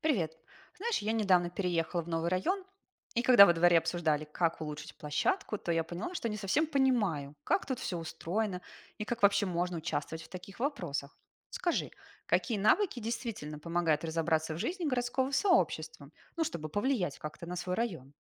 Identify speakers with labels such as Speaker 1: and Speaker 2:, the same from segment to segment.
Speaker 1: Привет. Знаешь, я недавно переехала в новый район, и когда во дворе обсуждали, как улучшить площадку, то я поняла, что не совсем понимаю, как тут все устроено и как вообще можно участвовать в таких вопросах. Скажи, какие навыки действительно помогают разобраться в жизни городского сообщества, ну, чтобы повлиять как-то на свой район?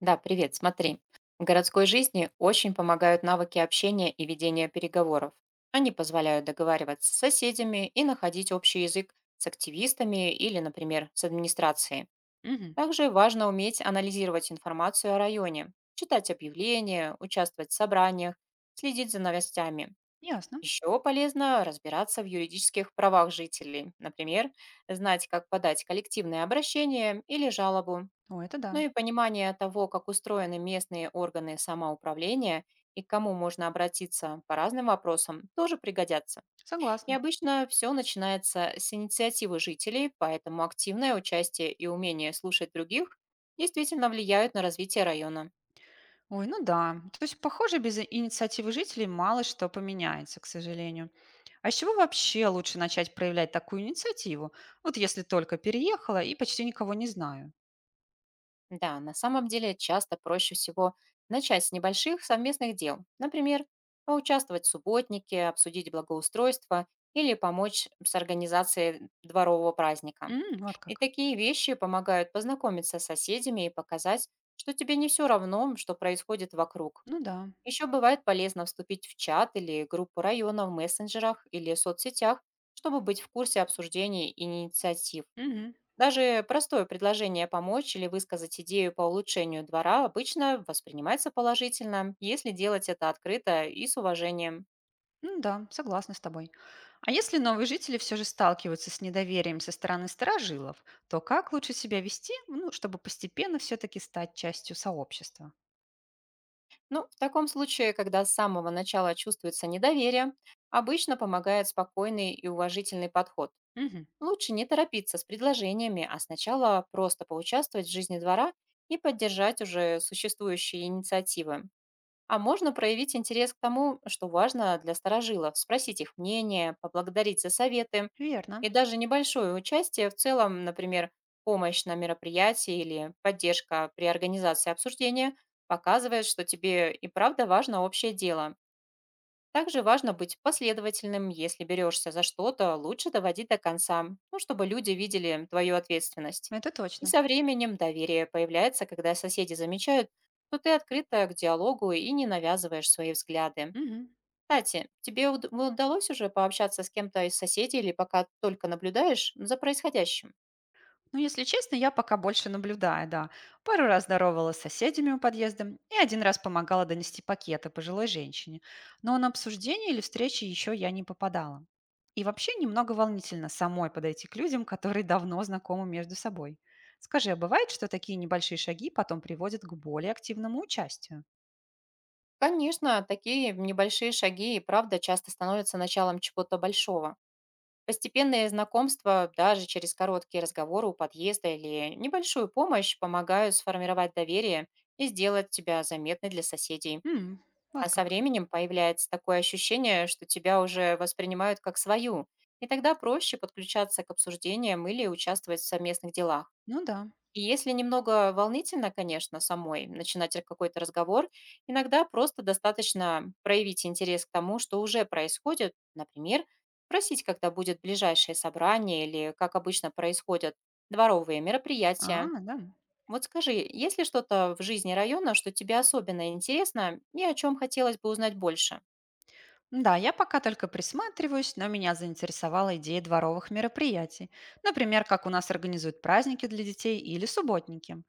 Speaker 2: Да, привет, смотри. В городской жизни очень помогают навыки общения и ведения переговоров. Они позволяют договариваться с соседями и находить общий язык с активистами или, например, с администрацией.
Speaker 1: Угу,
Speaker 2: Также важно уметь анализировать информацию о районе, читать объявления, участвовать в собраниях, следить за новостями.
Speaker 1: ясно.
Speaker 2: Еще полезно разбираться в юридических правах жителей, например, знать, как подать коллективное обращение или жалобу,
Speaker 1: О, это
Speaker 2: ну
Speaker 1: да.
Speaker 2: и понимание того, как устроены местные органы самоуправления и к кому можно обратиться по разным вопросам, тоже пригодятся. И
Speaker 1: Согласна.
Speaker 2: обычно все начинается с инициативы жителей, поэтому активное участие и умение слушать других действительно влияют на развитие района.
Speaker 1: Ой, ну да. То есть, похоже, без инициативы жителей мало что поменяется, к сожалению. А с чего вообще лучше начать проявлять такую инициативу? Вот если только переехала и почти никого не знаю.
Speaker 2: Да, на самом деле часто проще всего начать с небольших совместных дел. Например, поучаствовать в субботнике, обсудить благоустройство или помочь с организацией дворового праздника.
Speaker 1: М, вот
Speaker 2: И
Speaker 1: как.
Speaker 2: такие вещи помогают познакомиться с соседями и показать, что тебе не все равно, что происходит вокруг.
Speaker 1: Ну да.
Speaker 2: Еще бывает полезно вступить в чат или группу района в мессенджерах или соцсетях, чтобы быть в курсе обсуждений и инициатив.
Speaker 1: Мгм.
Speaker 2: Даже простое предложение помочь или высказать идею по улучшению двора обычно воспринимается положительно, если делать это открыто и с уважением.
Speaker 1: Ну да, согласна с тобой. А если новые жители все же сталкиваются с недоверием со стороны старожилов, то как лучше себя вести, ну, чтобы постепенно все-таки стать частью сообщества?
Speaker 2: Ну, в таком случае, когда с самого начала чувствуется недоверие, обычно помогает спокойный и уважительный подход.
Speaker 1: Мгм.
Speaker 2: Лучше не торопиться с предложениями, а сначала просто поучаствовать в жизни двора и поддержать уже существующие инициативы. А можно проявить интерес к тому, что важно для старожилов, спросить их мнение, поблагодарить за советы.
Speaker 1: Верно,
Speaker 2: И даже небольшое участие в целом, например, помощь на мероприятии или поддержка при организации обсуждения, показывает, что тебе и правда важно общее дело. Также важно быть последовательным, если берешься за что-то, лучше доводить до конца, ну, чтобы люди видели твою ответственность.
Speaker 1: это
Speaker 2: И
Speaker 1: точно.
Speaker 2: со временем доверие появляется, когда соседи замечают, что ты открыта к диалогу и не навязываешь свои взгляды.
Speaker 1: Мгм.
Speaker 2: Кстати, тебе удалось уже пообщаться с кем-то из соседей или пока только наблюдаешь за происходящим?
Speaker 1: Ну, если честно, я пока больше наблюдаю, да. Пару раз здоровалась с соседями у подъезда и один раз помогала донести пакеты пожилой женщине. Но на обсуждение или встречи еще я не попадала. И вообще немного волнительно самой подойти к людям, которые давно знакомы между собой. Скажи, а бывает, что такие небольшие шаги потом приводят к более активному участию?
Speaker 2: Конечно, такие небольшие шаги и правда часто становятся началом чего-то большого. Постепенные знакомства, даже через короткие разговоры у подъезда или небольшую помощь, помогают сформировать доверие и сделать тебя заметной для соседей.
Speaker 1: М,
Speaker 2: А
Speaker 1: вот
Speaker 2: со
Speaker 1: как.
Speaker 2: временем появляется такое ощущение, что тебя уже воспринимают как свою, и тогда проще подключаться к обсуждениям или участвовать в совместных делах.
Speaker 1: Ну да.
Speaker 2: И если немного волнительно, конечно, самой начинать какой-то разговор, иногда просто достаточно проявить интерес к тому, что уже происходит. Например, спросить, когда будет ближайшее собрание или как обычно происходят дворовые
Speaker 1: А,
Speaker 2: мероприятия.
Speaker 1: да.
Speaker 2: Вот скажи, есть ли что-то в жизни района, что тебе особенно интересно и о чем хотелось бы узнать больше?
Speaker 1: Да, я пока только присматриваюсь, но меня заинтересовала идея дворовых мероприятий. Например, как у нас организуют праздники для детей или субботники.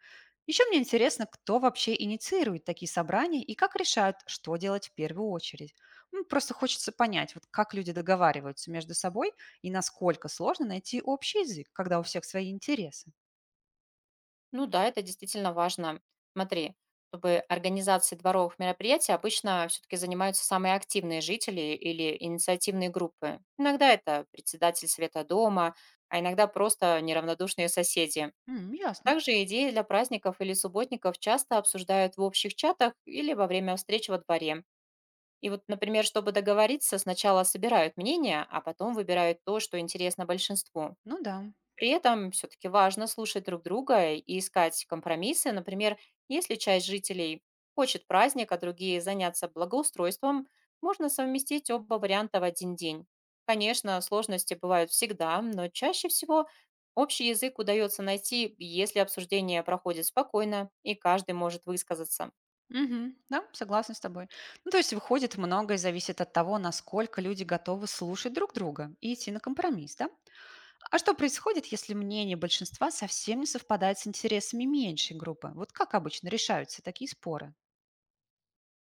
Speaker 1: Еще мне интересно, кто вообще инициирует такие собрания и как решают, что делать в первую очередь. Ну, просто хочется понять, вот как люди договариваются между собой и насколько сложно найти общий язык, когда у всех свои интересы.
Speaker 2: Ну да, это действительно важно. Смотри, чтобы организации дворовых мероприятий обычно все-таки занимаются самые активные жители или инициативные группы. Иногда это председатель совета дома, а иногда просто неравнодушные соседи.
Speaker 1: М, ясно.
Speaker 2: Также идеи для праздников или субботников часто обсуждают в общих чатах или во время встреч во дворе. И вот, например, чтобы договориться, сначала собирают мнения, а потом выбирают то, что интересно большинству.
Speaker 1: Ну да.
Speaker 2: При этом все-таки важно слушать друг друга и искать компромиссы. Например, если часть жителей хочет праздник, а другие заняться благоустройством, можно совместить оба варианта в один день. Конечно, сложности бывают всегда, но чаще всего общий язык удается найти, если обсуждение проходит спокойно и каждый может высказаться.
Speaker 1: Мгм. Да, согласна с тобой. Ну, то есть, выходит, многое зависит от того, насколько люди готовы слушать друг друга и идти на компромисс, да? А что происходит, если мнение большинства совсем не совпадает с интересами меньшей группы? Вот как обычно решаются такие споры?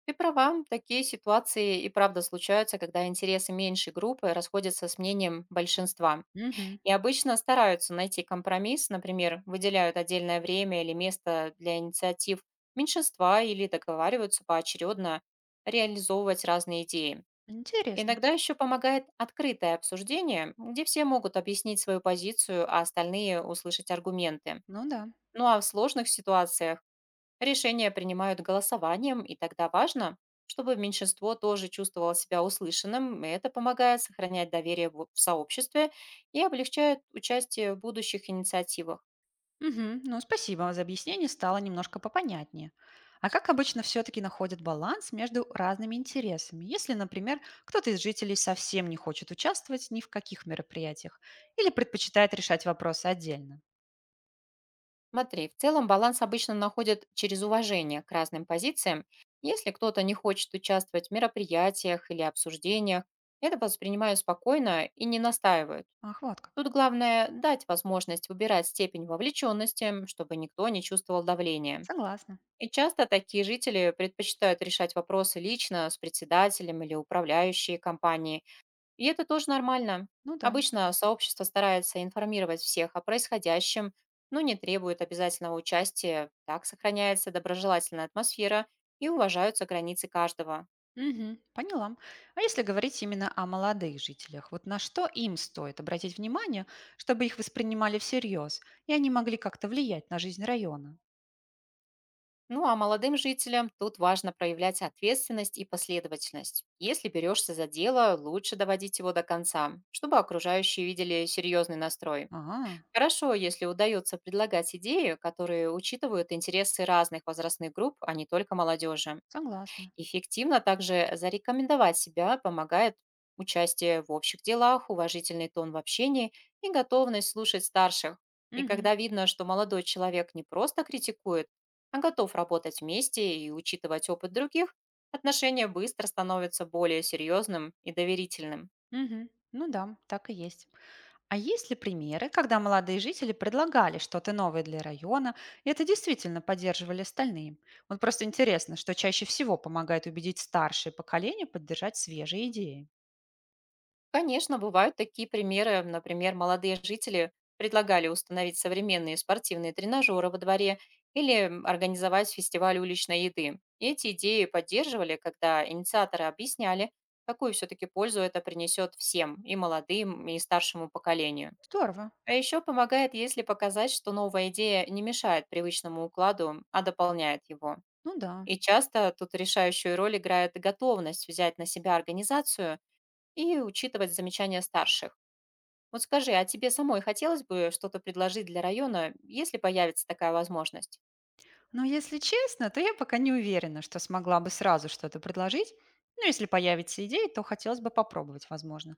Speaker 2: Ты права, такие ситуации и правда случаются, когда интересы меньшей группы расходятся с мнением большинства.
Speaker 1: Мгм.
Speaker 2: И обычно стараются найти компромисс, например, выделяют отдельное время или место для инициатив меньшинства или договариваются поочередно реализовывать разные идеи.
Speaker 1: Интересно.
Speaker 2: Иногда еще помогает открытое обсуждение, где все могут объяснить свою позицию, а остальные услышать аргументы.
Speaker 1: Ну да.
Speaker 2: Ну а в сложных ситуациях решения принимают голосованием, и тогда важно, чтобы меньшинство тоже чувствовало себя услышанным, и это помогает сохранять доверие в сообществе и облегчает участие в будущих инициативах.
Speaker 1: Мгм. Ну, спасибо за объяснение, стало немножко попонятнее. А как обычно все-таки находят баланс между разными интересами? Если, например, кто-то из жителей совсем не хочет участвовать ни в каких мероприятиях или предпочитает решать вопросы отдельно.
Speaker 2: Смотри, в целом баланс обычно находят через уважение к разным позициям. Если кто-то не хочет участвовать в мероприятиях или обсуждениях, это воспринимают спокойно и не настаивают.
Speaker 1: Ах, вот как.
Speaker 2: Тут главное дать возможность выбирать степень вовлеченности, чтобы никто не чувствовал давления.
Speaker 1: Согласна.
Speaker 2: И часто такие жители предпочитают решать вопросы лично с председателем или управляющей компанией. И это тоже нормально.
Speaker 1: Ну да.
Speaker 2: Обычно сообщество старается информировать всех о происходящем, но не требует обязательного участия. Так сохраняется доброжелательная атмосфера и уважаются границы каждого.
Speaker 1: Мгм. Поняла. А если говорить именно о молодых жителях, вот на что им стоит обратить внимание, чтобы их воспринимали всерьез, и они могли как-то влиять на жизнь района?
Speaker 2: Ну а молодым жителям тут важно проявлять ответственность и последовательность. Если берешься за дело, лучше доводить его до конца, чтобы окружающие видели серьезный настрой.
Speaker 1: Ага,
Speaker 2: Хорошо, если удается предлагать идеи, которые учитывают интересы разных возрастных групп, а не только молодежи.
Speaker 1: согласна.
Speaker 2: Эффективно также зарекомендовать себя помогает участие в общих делах, уважительный тон в общении и готовность слушать старших. И
Speaker 1: Мгм.
Speaker 2: когда видно, что молодой человек не просто критикует, а готов работать вместе и учитывать опыт других, отношения быстро становятся более серьезным и доверительным.
Speaker 1: Мгм. Ну да, так и есть. А есть ли примеры, когда молодые жители предлагали что-то новое для района, и это действительно поддерживали остальные? Вот просто интересно, что чаще всего помогает убедить старшее поколение поддержать свежие идеи.
Speaker 2: Конечно, бывают такие примеры. Например, молодые жители предлагали установить современные спортивные тренажеры во дворе или организовать фестиваль уличной еды. И эти идеи поддерживали, когда инициаторы объясняли, какую все-таки пользу это принесет всем, и молодым, и старшему поколению.
Speaker 1: Здорово.
Speaker 2: А еще помогает, если показать, что новая идея не мешает привычному укладу, а дополняет его.
Speaker 1: Ну да.
Speaker 2: И часто тут решающую роль играет готовность взять на себя организацию и учитывать замечания старших. Вот скажи, а тебе самой хотелось бы что-то предложить для района, если появится такая возможность?
Speaker 1: Но если честно, то я пока не уверена, что смогла бы сразу что-то предложить. Ну, если появится идея, то хотелось бы попробовать, возможно.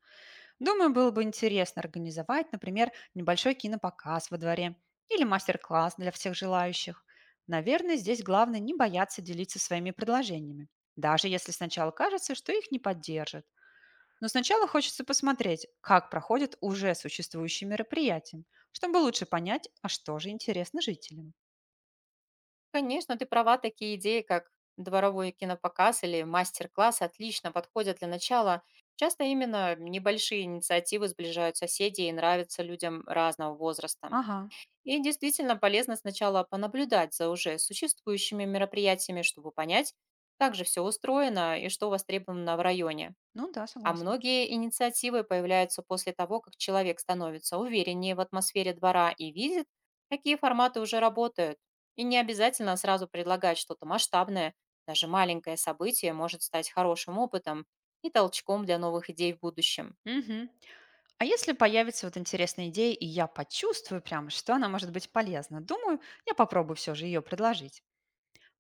Speaker 1: Думаю, было бы интересно организовать, например, небольшой кинопоказ во дворе или мастер-класс для всех желающих. Наверное, здесь главное не бояться делиться своими предложениями, даже если сначала кажется, что их не поддержат. Но сначала хочется посмотреть, как проходят уже существующие мероприятия, чтобы лучше понять, а что же интересно жителям.
Speaker 2: Конечно, ты права, такие идеи, как дворовой кинопоказ или мастер-класс, отлично подходят для начала. Часто именно небольшие инициативы сближают соседей и нравятся людям разного возраста.
Speaker 1: Ага,
Speaker 2: И действительно полезно сначала понаблюдать за уже существующими мероприятиями, чтобы понять, как же все устроено и что востребовано в районе.
Speaker 1: ну да,
Speaker 2: А
Speaker 1: согласна.
Speaker 2: многие инициативы появляются после того, как человек становится увереннее в атмосфере двора и видит, какие форматы уже работают. И не обязательно сразу предлагать что-то масштабное, даже маленькое событие может стать хорошим опытом и толчком для новых идей в будущем.
Speaker 1: Мгм. А если появится вот интересная идея, и я почувствую прям, что она может быть полезна, думаю, я попробую все же ее предложить.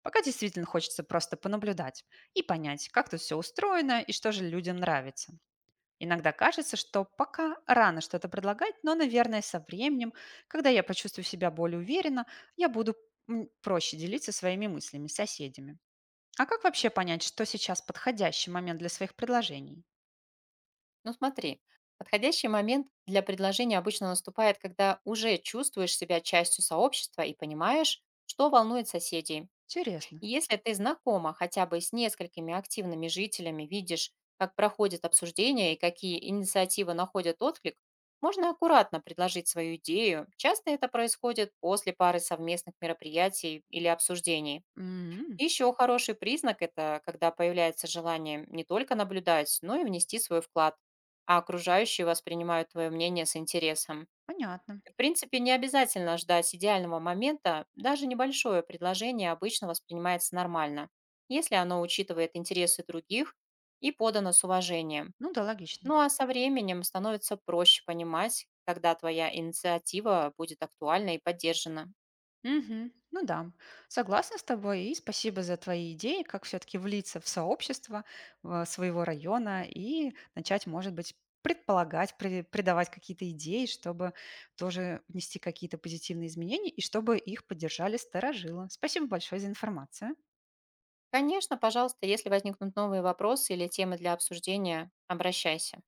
Speaker 1: Пока действительно хочется просто понаблюдать и понять, как тут все устроено и что же людям нравится. Иногда кажется, что пока рано что-то предлагать, но, наверное, со временем, когда я почувствую себя более уверенно, я буду проще делиться своими мыслями с соседями. А как вообще понять, что сейчас подходящий момент для своих предложений?
Speaker 2: Ну смотри, подходящий момент для предложения обычно наступает, когда уже чувствуешь себя частью сообщества и понимаешь, что волнует соседей.
Speaker 1: Интересно.
Speaker 2: Если ты знакома хотя бы с несколькими активными жителями, видишь, как проходят обсуждения и какие инициативы находят отклик, можно аккуратно предложить свою идею. Часто это происходит после пары совместных мероприятий или обсуждений.
Speaker 1: М.
Speaker 2: Еще хороший признак – это когда появляется желание не только наблюдать, но и внести свой вклад, а окружающие воспринимают твое мнение с интересом.
Speaker 1: Понятно.
Speaker 2: В принципе, не обязательно ждать идеального момента, даже небольшое предложение обычно воспринимается нормально, если оно учитывает интересы других и подано с уважением.
Speaker 1: Ну да, логично.
Speaker 2: Ну а со временем становится проще понимать, когда твоя инициатива будет актуальна и поддержана.
Speaker 1: Мгм. Ну да, согласна с тобой и спасибо за твои идеи, как все-таки влиться в сообщество своего района и начать, может быть, предполагать, придавать какие-то идеи, чтобы тоже внести какие-то позитивные изменения и чтобы их поддержали старожилы. Спасибо большое за информацию.
Speaker 2: Конечно, пожалуйста, если возникнут новые вопросы или темы для обсуждения, обращайся.